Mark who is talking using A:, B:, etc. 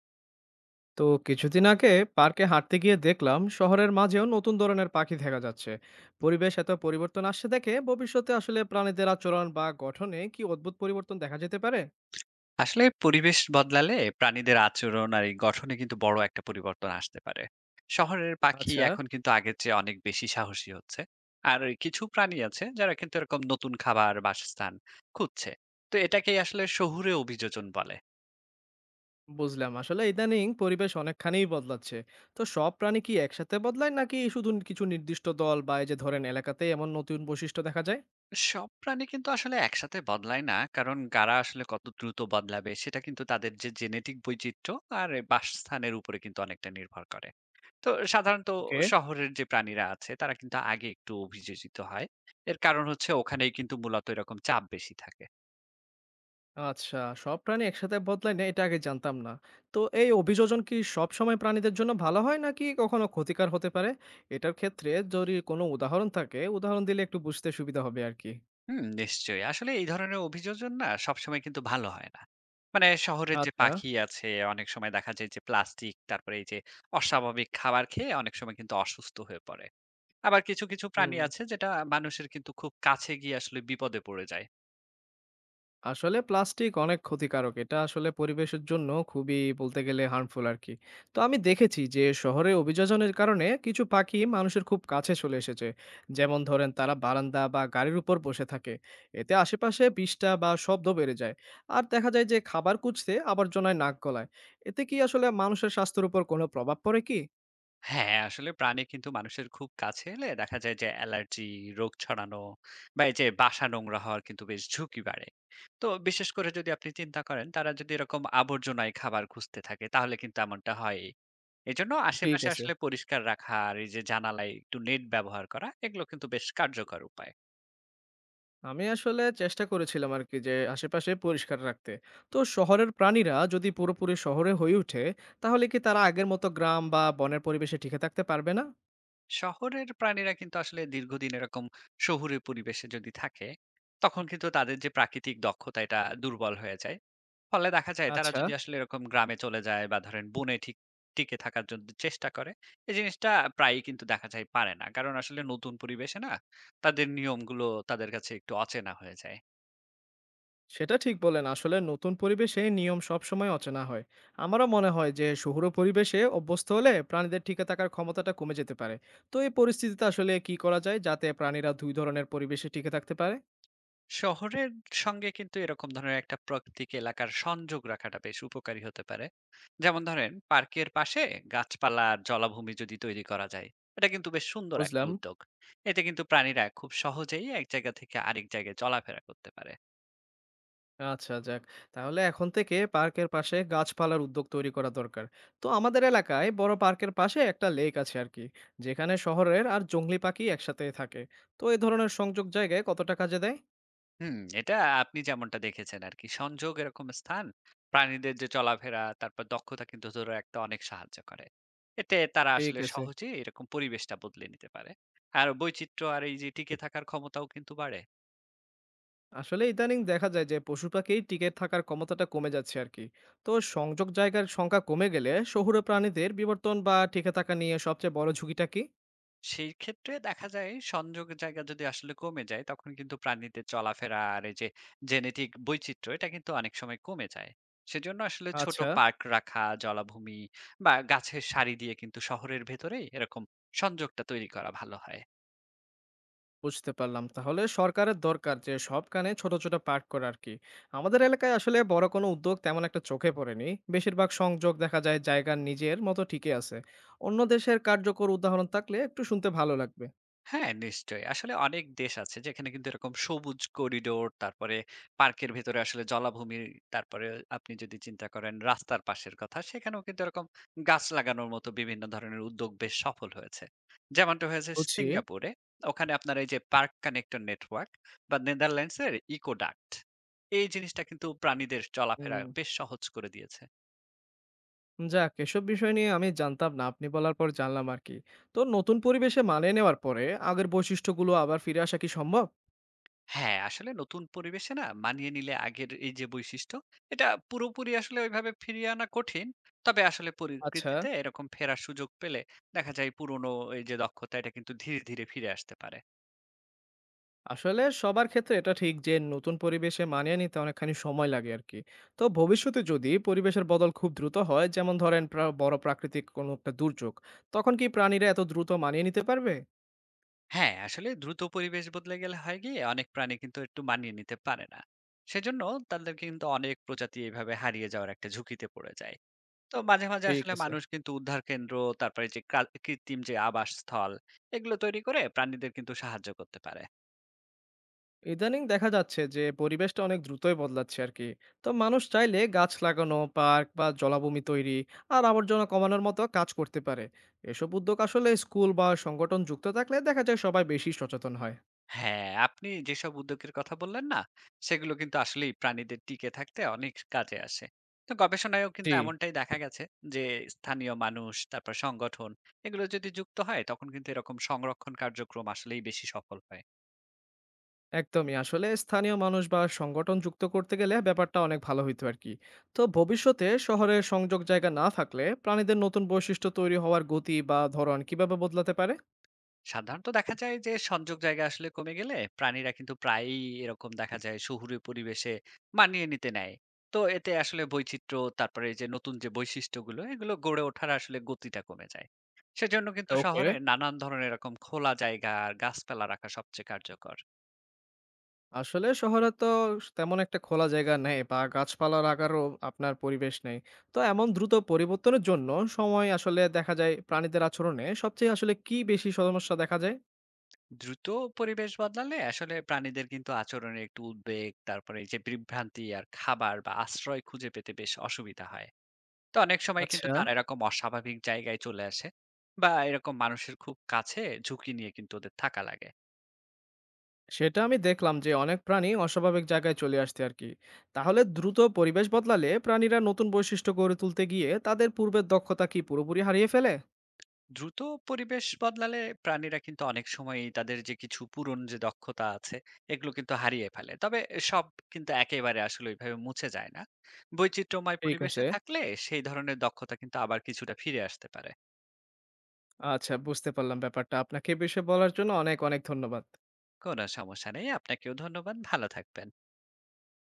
A: তো কিছুদিন আগে পার্কে হাঁটতে গিয়ে দেখলাম শহরের মাঝেও নতুন ধরনের পাখি দেখা যাচ্ছে। পরিবেশ এত পরিবর্তন আসছে দেখে ভবিষ্যতে আসলে প্রাণীদের আচরণ বা গঠনে কি অদ্ভুত পরিবর্তন দেখা যেতে পারে?
B: আসলে পরিবেশ বদলালে প্রাণীদের আচরণ আর এই গঠনে কিন্তু বড় একটা পরিবর্তন আসতে পারে। শহরের পাখি
A: আচ্ছা,
B: এখন কিন্তু আগের চেয়ে অনেক বেশি সাহসী হচ্ছে। আর ওই কিছু প্রাণী আছে যারা কিন্তু এরকম নতুন খাবার বাসস্থান খুঁজছে। তো এটাকেই আসলে শহুরে অভিযোজন বলে।
A: বুঝলাম। আসলে ইদানিং পরিবেশ অনেকখানিই বদলাচ্ছে। তো সব প্রাণী কি একসাথে বদলায় নাকি শুধু কিছু নির্দিষ্ট দল বা এই যে ধরেন এলাকাতে এমন নতুন বৈশিষ্ট্য দেখা যায়?
B: সব প্রাণী কিন্তু আসলে একসাথে বদলায় না, কারণ গাড়া আসলে কত দ্রুত বদলাবে সেটা কিন্তু তাদের যে জেনেটিক বৈচিত্র্য আর বাসস্থানের উপরে কিন্তু অনেকটা নির্ভর করে। তো সাধারণত
A: ওকে।
B: শহরের যে প্রাণীরা আছে তারা কিন্তু আগে একটু অভিযোজিত হয়। এর কারণ হচ্ছে ওখানেই কিন্তু মূলত এরকম চাপ বেশি থাকে।
A: আচ্ছা, সব প্রাণী একসাথে বদলায় না, এটা আগে জানতাম না। তো এই অভিযোজন কি সবসময় প্রাণীদের জন্য ভালো হয় নাকি কখনো ক্ষতিকর হতে পারে? এটার ক্ষেত্রে যদি কোনো উদাহরণ থাকে, উদাহরণ দিলে একটু বুঝতে সুবিধা হবে আরকি।
B: হুম, নিশ্চয়ই। আসলে এই ধরনের অভিযোজন না সবসময় কিন্তু ভালো হয় না। মানে শহরের যে
A: আচ্ছা,
B: পাখি আছে অনেক সময় দেখা যায় যে প্লাস্টিক, তারপরে এই যে অস্বাভাবিক খাবার খেয়ে অনেক সময় কিন্তু অসুস্থ হয়ে পড়ে। আবার কিছু প্রাণী
A: হুম।
B: আছে যেটা মানুষের কিন্তু খুব কাছে গিয়ে আসলে বিপদে পড়ে যায়।
A: আসলে প্লাস্টিক অনেক ক্ষতিকারক। এটা আসলে পরিবেশের জন্য খুবই বলতে গেলে হার্মফুল আরকি। তো আমি দেখেছি যে শহরে অভিযোজনের কারণে কিছু পাখি মানুষের খুব কাছে চলে এসেছে। যেমন ধরেন তারা বারান্দা বা গাড়ির উপর বসে থাকে। এতে আশেপাশে বিষ্ঠা বা শব্দ বেড়ে যায়। আর দেখা যায় যে খাবার খুঁজতে আবর্জনায় নাক গলায়। এতে কি আসলে মানুষের স্বাস্থ্যের উপর কোনো প্রভাব পড়ে কি?
B: হ্যাঁ, আসলে প্রাণী কিন্তু মানুষের খুব কাছে এলে দেখা যায় যে অ্যালার্জি, রোগ ছড়ানো বা এই যে বাসা নোংরা হওয়ার কিন্তু বেশ ঝুঁকি বাড়ে। তো বিশেষ করে যদি আপনি চিন্তা করেন তারা যদি এরকম আবর্জনায় খাবার খুঁজতে থাকে তাহলে কিন্তু এমনটা হয়ই। এজন্য
A: ঠিক
B: আশেপাশে
A: আছে।
B: আসলে পরিষ্কার রাখা আর এই যে জানালায় একটু নেট ব্যবহার করা এগুলো কিন্তু বেশ কার্যকর উপায়।
A: আমি আসলে চেষ্টা করেছিলাম আরকি যে আশেপাশে পরিষ্কার রাখতে। তো শহরের প্রাণীরা যদি পুরোপুরি শহরে হয়ে ওঠে, তাহলে কি তারা আগের মতো গ্রাম বা বনের পরিবেশে টিকে থাকতে পারবে না?
B: শহরের প্রাণীরা কিন্তু আসলে দীর্ঘদিন এরকম শহুরে পরিবেশে যদি থাকে, তখন কিন্তু তাদের যে প্রাকৃতিক দক্ষতা এটা দুর্বল হয়ে যায়। ফলে দেখা যায় তারা
A: আচ্ছা,
B: যদি আসলে এরকম গ্রামে চলে যায় বা ধরেন বনে ঠিক টিকে থাকার জন্য চেষ্টা করে, এই জিনিসটা প্রায়ই কিন্তু দেখা যায় পারে না, কারণ আসলে নতুন পরিবেশে না তাদের নিয়মগুলো তাদের কাছে একটু অচেনা হয়ে যায়।
A: সেটা ঠিক বললেন। আসলে নতুন পরিবেশে নিয়ম সবসময় অচেনা হয়। আমারও মনে হয় যে শহুরে পরিবেশে অভ্যস্ত হলে প্রাণীদের টিকে থাকার ক্ষমতাটা কমে যেতে পারে। তো এই পরিস্থিতিতে আসলে কি করা যায় যাতে প্রাণীরা দুই ধরনের পরিবেশে টিকে থাকতে পারে?
B: শহরের সঙ্গে কিন্তু এরকম ধরনের একটা প্রাকৃতিক এলাকার সংযোগ রাখাটা বেশ উপকারী হতে পারে। যেমন ধরেন পার্কের পাশে গাছপালা আর জলাভূমি যদি তৈরি করা যায়, এটা কিন্তু বেশ সুন্দর একটা
A: বুঝলাম।
B: উদ্যোগ। এতে কিন্তু প্রাণীরা খুব সহজেই এক জায়গা থেকে আরেক জায়গায় চলাফেরা করতে পারে।
A: আচ্ছা যাক। তাহলে এখন থেকে পার্কের পাশে গাছপালার উদ্যোগ তৈরি করা দরকার। তো আমাদের এলাকায় বড় পার্কের পাশে একটা লেক আছে আরকি। যেখানে শহরের আর জংলি পাখি একসাথে থাকে। তো এই ধরনের সংযোগ জায়গায় কতটা কাজে দেয়?
B: হুম, এটা আপনি যেমনটা দেখেছেন আর কি, সংযোগ এরকম স্থান প্রাণীদের যে চলাফেরা তারপর দক্ষতা কিন্তু ধরে রাখতে অনেক সাহায্য করে। এতে তারা
A: ঠিক
B: আসলে
A: আছে।
B: সহজেই এরকম পরিবেশটা বদলে নিতে পারে। আর বৈচিত্র্য আর এই যে টিকে থাকার ক্ষমতাও কিন্তু বাড়ে।
A: আসলে ইদানিং দেখা যায় যে পশু পাখি টিকে থাকার ক্ষমতাটা কমে যাচ্ছে আরকি। তো সংযোগ জায়গার সংখ্যা কমে গেলে শহুরে প্রাণীদের বিবর্তন বা টিকে থাকা নিয়ে সবচেয়ে বড় ঝুঁকিটা কি?
B: সেই ক্ষেত্রে দেখা যায় সংযোগের জায়গা যদি আসলে কমে যায় তখন কিন্তু প্রাণীদের চলাফেরা আর এই যে জেনেটিক বৈচিত্র্য এটা কিন্তু অনেক সময় কমে যায়। সেজন্য আসলে ছোট
A: আচ্ছা।
B: পার্ক রাখা, জলাভূমি বা গাছের সারি দিয়ে কিন্তু শহরের ভেতরেই এরকম সংযোগটা তৈরি করা ভালো হয়।
A: বুঝতে পারলাম। তাহলে সরকারের দরকার যে সবখানে ছোট, ছোট পাঠ করা আরকি। আমাদের এলাকায় আসলে বড় কোনো উদ্যোগ তেমন একটা চোখে পড়েনি। বেশিরভাগ সংযোগ দেখা যায় জায়গার নিজের মতো ঠিকই আছে। অন্য দেশের কার্যকর উদাহরণ থাকলে একটু শুনতে ভালো লাগবে।
B: হ্যাঁ, নিশ্চয়ই। আসলে অনেক দেশ আছে যেখানে কিন্তু এরকম সবুজ করিডোর, তারপরে পার্কের ভেতরে আসলে জলাভূমি, তারপরে আপনি যদি চিন্তা করেন রাস্তার পাশের কথা, সেখানেও কিন্তু এরকম গাছ লাগানোর মতো বিভিন্ন ধরনের উদ্যোগ বেশ সফল হয়েছে। যেমনটা হয়েছে
A: বুঝছি।
B: সিঙ্গাপুরে। ওখানে আপনার এই যে পার্ক কানেক্টর নেটওয়ার্ক বা নেদারল্যান্ডসের ইকোডাক্ট। এই জিনিসটা কিন্তু প্রাণীদের চলাফেরা
A: হুম,
B: বেশ সহজ করে দিয়েছে।
A: যাক এসব বিষয় নিয়ে আমি জানতাম না। আপনি বলার পর জানলাম আরকি। তো নতুন পরিবেশে মানিয়ে নেওয়ার পরে আগের বৈশিষ্ট্যগুলো আবার ফিরে আসা কি সম্ভব?
B: হ্যাঁ, আসলে নতুন পরিবেশে না মানিয়ে নিলে আগের এই যে বৈশিষ্ট্য, এটা পুরোপুরি আসলে ওইভাবে ফিরিয়ে আনা কঠিন। তবে আসলে
A: আচ্ছা।
B: পরিস্থিতিতে এরকম ফেরার সুযোগ পেলে দেখা যায় পুরনো এই যে দক্ষতা এটা কিন্তু ধীরে ফিরে আসতে পারে।
A: আসলে সবার ক্ষেত্রে এটা ঠিক যে নতুন পরিবেশে মানিয়ে নিতে অনেকখানি সময় লাগে আর কি। তো ভবিষ্যতে যদি পরিবেশের বদল খুব দ্রুত হয়, যেমন ধরেন বড় প্রাকৃতিক কোনো একটা দুর্যোগ, তখন কি প্রাণীরা এত দ্রুত মানিয়ে নিতে পারবে?
B: হ্যাঁ, আসলে দ্রুত পরিবেশ বদলে গেলে হয় কি অনেক প্রাণী কিন্তু একটু মানিয়ে নিতে পারে না। সেজন্য তাদেরকে কিন্তু অনেক প্রজাতি এভাবে হারিয়ে যাওয়ার একটা ঝুঁকিতে পড়ে যায়। তো মাঝে
A: ঠিক
B: আসলে
A: আছে।
B: মানুষ কিন্তু উদ্ধার কেন্দ্র, তারপরে যে কা কৃত্রিম যে আবাসস্থল, এগুলো তৈরি করে প্রাণীদের কিন্তু সাহায্য করতে পারে।
A: ইদানিং দেখা যাচ্ছে যে পরিবেশটা অনেক দ্রুতই বদলাচ্ছে আর কি। তো মানুষ চাইলে গাছ লাগানো, পার্ক বা জলাভূমি তৈরি আর আবর্জনা কমানোর মতো কাজ করতে পারে। এসব উদ্যোগ আসলে স্কুল বা সংগঠন যুক্ত থাকলে দেখা যায় সবাই বেশি সচেতন হয়।
B: হ্যাঁ, আপনি যেসব উদ্যোগের কথা বললেন না, সেগুলো কিন্তু আসলেই প্রাণীদের টিকে থাকতে অনেক কাজে আসে। তো গবেষণায়ও কিন্তু
A: জি।
B: এমনটাই দেখা গেছে যে, স্থানীয় মানুষ, তারপর সংগঠন এগুলো যদি যুক্ত হয়, তখন কিন্তু এরকম সংরক্ষণ কার্যক্রম আসলেই বেশি সফল হয়।
A: একদমই। আসলে স্থানীয় মানুষ বা সংগঠন যুক্ত করতে গেলে ব্যাপারটা অনেক ভালো হইতো আর কি। তো ভবিষ্যতে শহরে সংযোগ জায়গা না থাকলে প্রাণীদের নতুন বৈশিষ্ট্য তৈরি হওয়ার গতি বা ধরন কিভাবে বদলাতে পারে?
B: সাধারণত দেখা যায় যে সংযোগ জায়গা আসলে কমে গেলে প্রাণীরা কিন্তু প্রায়ই এরকম দেখা যায় শহুরে পরিবেশে মানিয়ে নিতে নেয়। তো এতে আসলে বৈচিত্র্য, তারপরে এই যে নতুন যে বৈশিষ্ট্যগুলো এগুলো গড়ে ওঠার আসলে গতিটা কমে যায়। সেজন্য কিন্তু
A: ওকে।
B: শহরে নানান ধরনের এরকম খোলা জায়গা আর গাছপালা রাখা সবচেয়ে কার্যকর।
A: আসলে শহরে তো তেমন একটা খোলা জায়গা নেই বা গাছপালা আকারও আপনার পরিবেশ নেই। তো এমন দ্রুত পরিবর্তনের জন্য সময় আসলে দেখা যায় প্রাণীদের আচরণে সবচেয়ে আসলে কি বেশি সমস্যা দেখা যায়?
B: দ্রুত পরিবেশ বদলালে আসলে প্রাণীদের কিন্তু আচরণে একটু উদ্বেগ, তারপরে এই যে বিভ্রান্তি আর খাবার বা আশ্রয় খুঁজে পেতে বেশ অসুবিধা হয়। তো অনেক সময় কিন্তু
A: আচ্ছা।
B: তারা এরকম অস্বাভাবিক জায়গায় চলে আসে বা এরকম মানুষের খুব কাছে ঝুঁকি নিয়ে কিন্তু ওদের থাকা লাগে।
A: সেটা আমি দেখলাম যে অনেক প্রাণী অস্বাভাবিক জায়গায় চলে আসছে আর কি। তাহলে দ্রুত পরিবেশ বদলালে প্রাণীরা নতুন বৈশিষ্ট্য গড়ে তুলতে গিয়ে তাদের পূর্বের দক্ষতা কি পুরোপুরি হারিয়ে ফেলে?
B: দ্রুত পরিবেশ বদলালে প্রাণীরা কিন্তু অনেক সময়ই তাদের যে কিছু পুরন যে দক্ষতা আছে এগুলো কিন্তু হারিয়ে ফেলে। তবে সব কিন্তু একেবারে আসলে ওইভাবে মুছে যায় না। বৈচিত্র্যময়
A: ঠিক
B: পরিবেশে
A: আছে।
B: থাকলে সেই ধরনের দক্ষতা কিন্তু আবার কিছুটা ফিরে আসতে পারে।
A: আচ্ছা, বুঝতে পারলাম ব্যাপারটা। আপনাকে এ বিষয়ে বলার জন্য অনেক অনেক ধন্যবাদ।
B: কোনো সমস্যা নেই। আপনাকেও ধন্যবাদ। ভালো থাকবেন।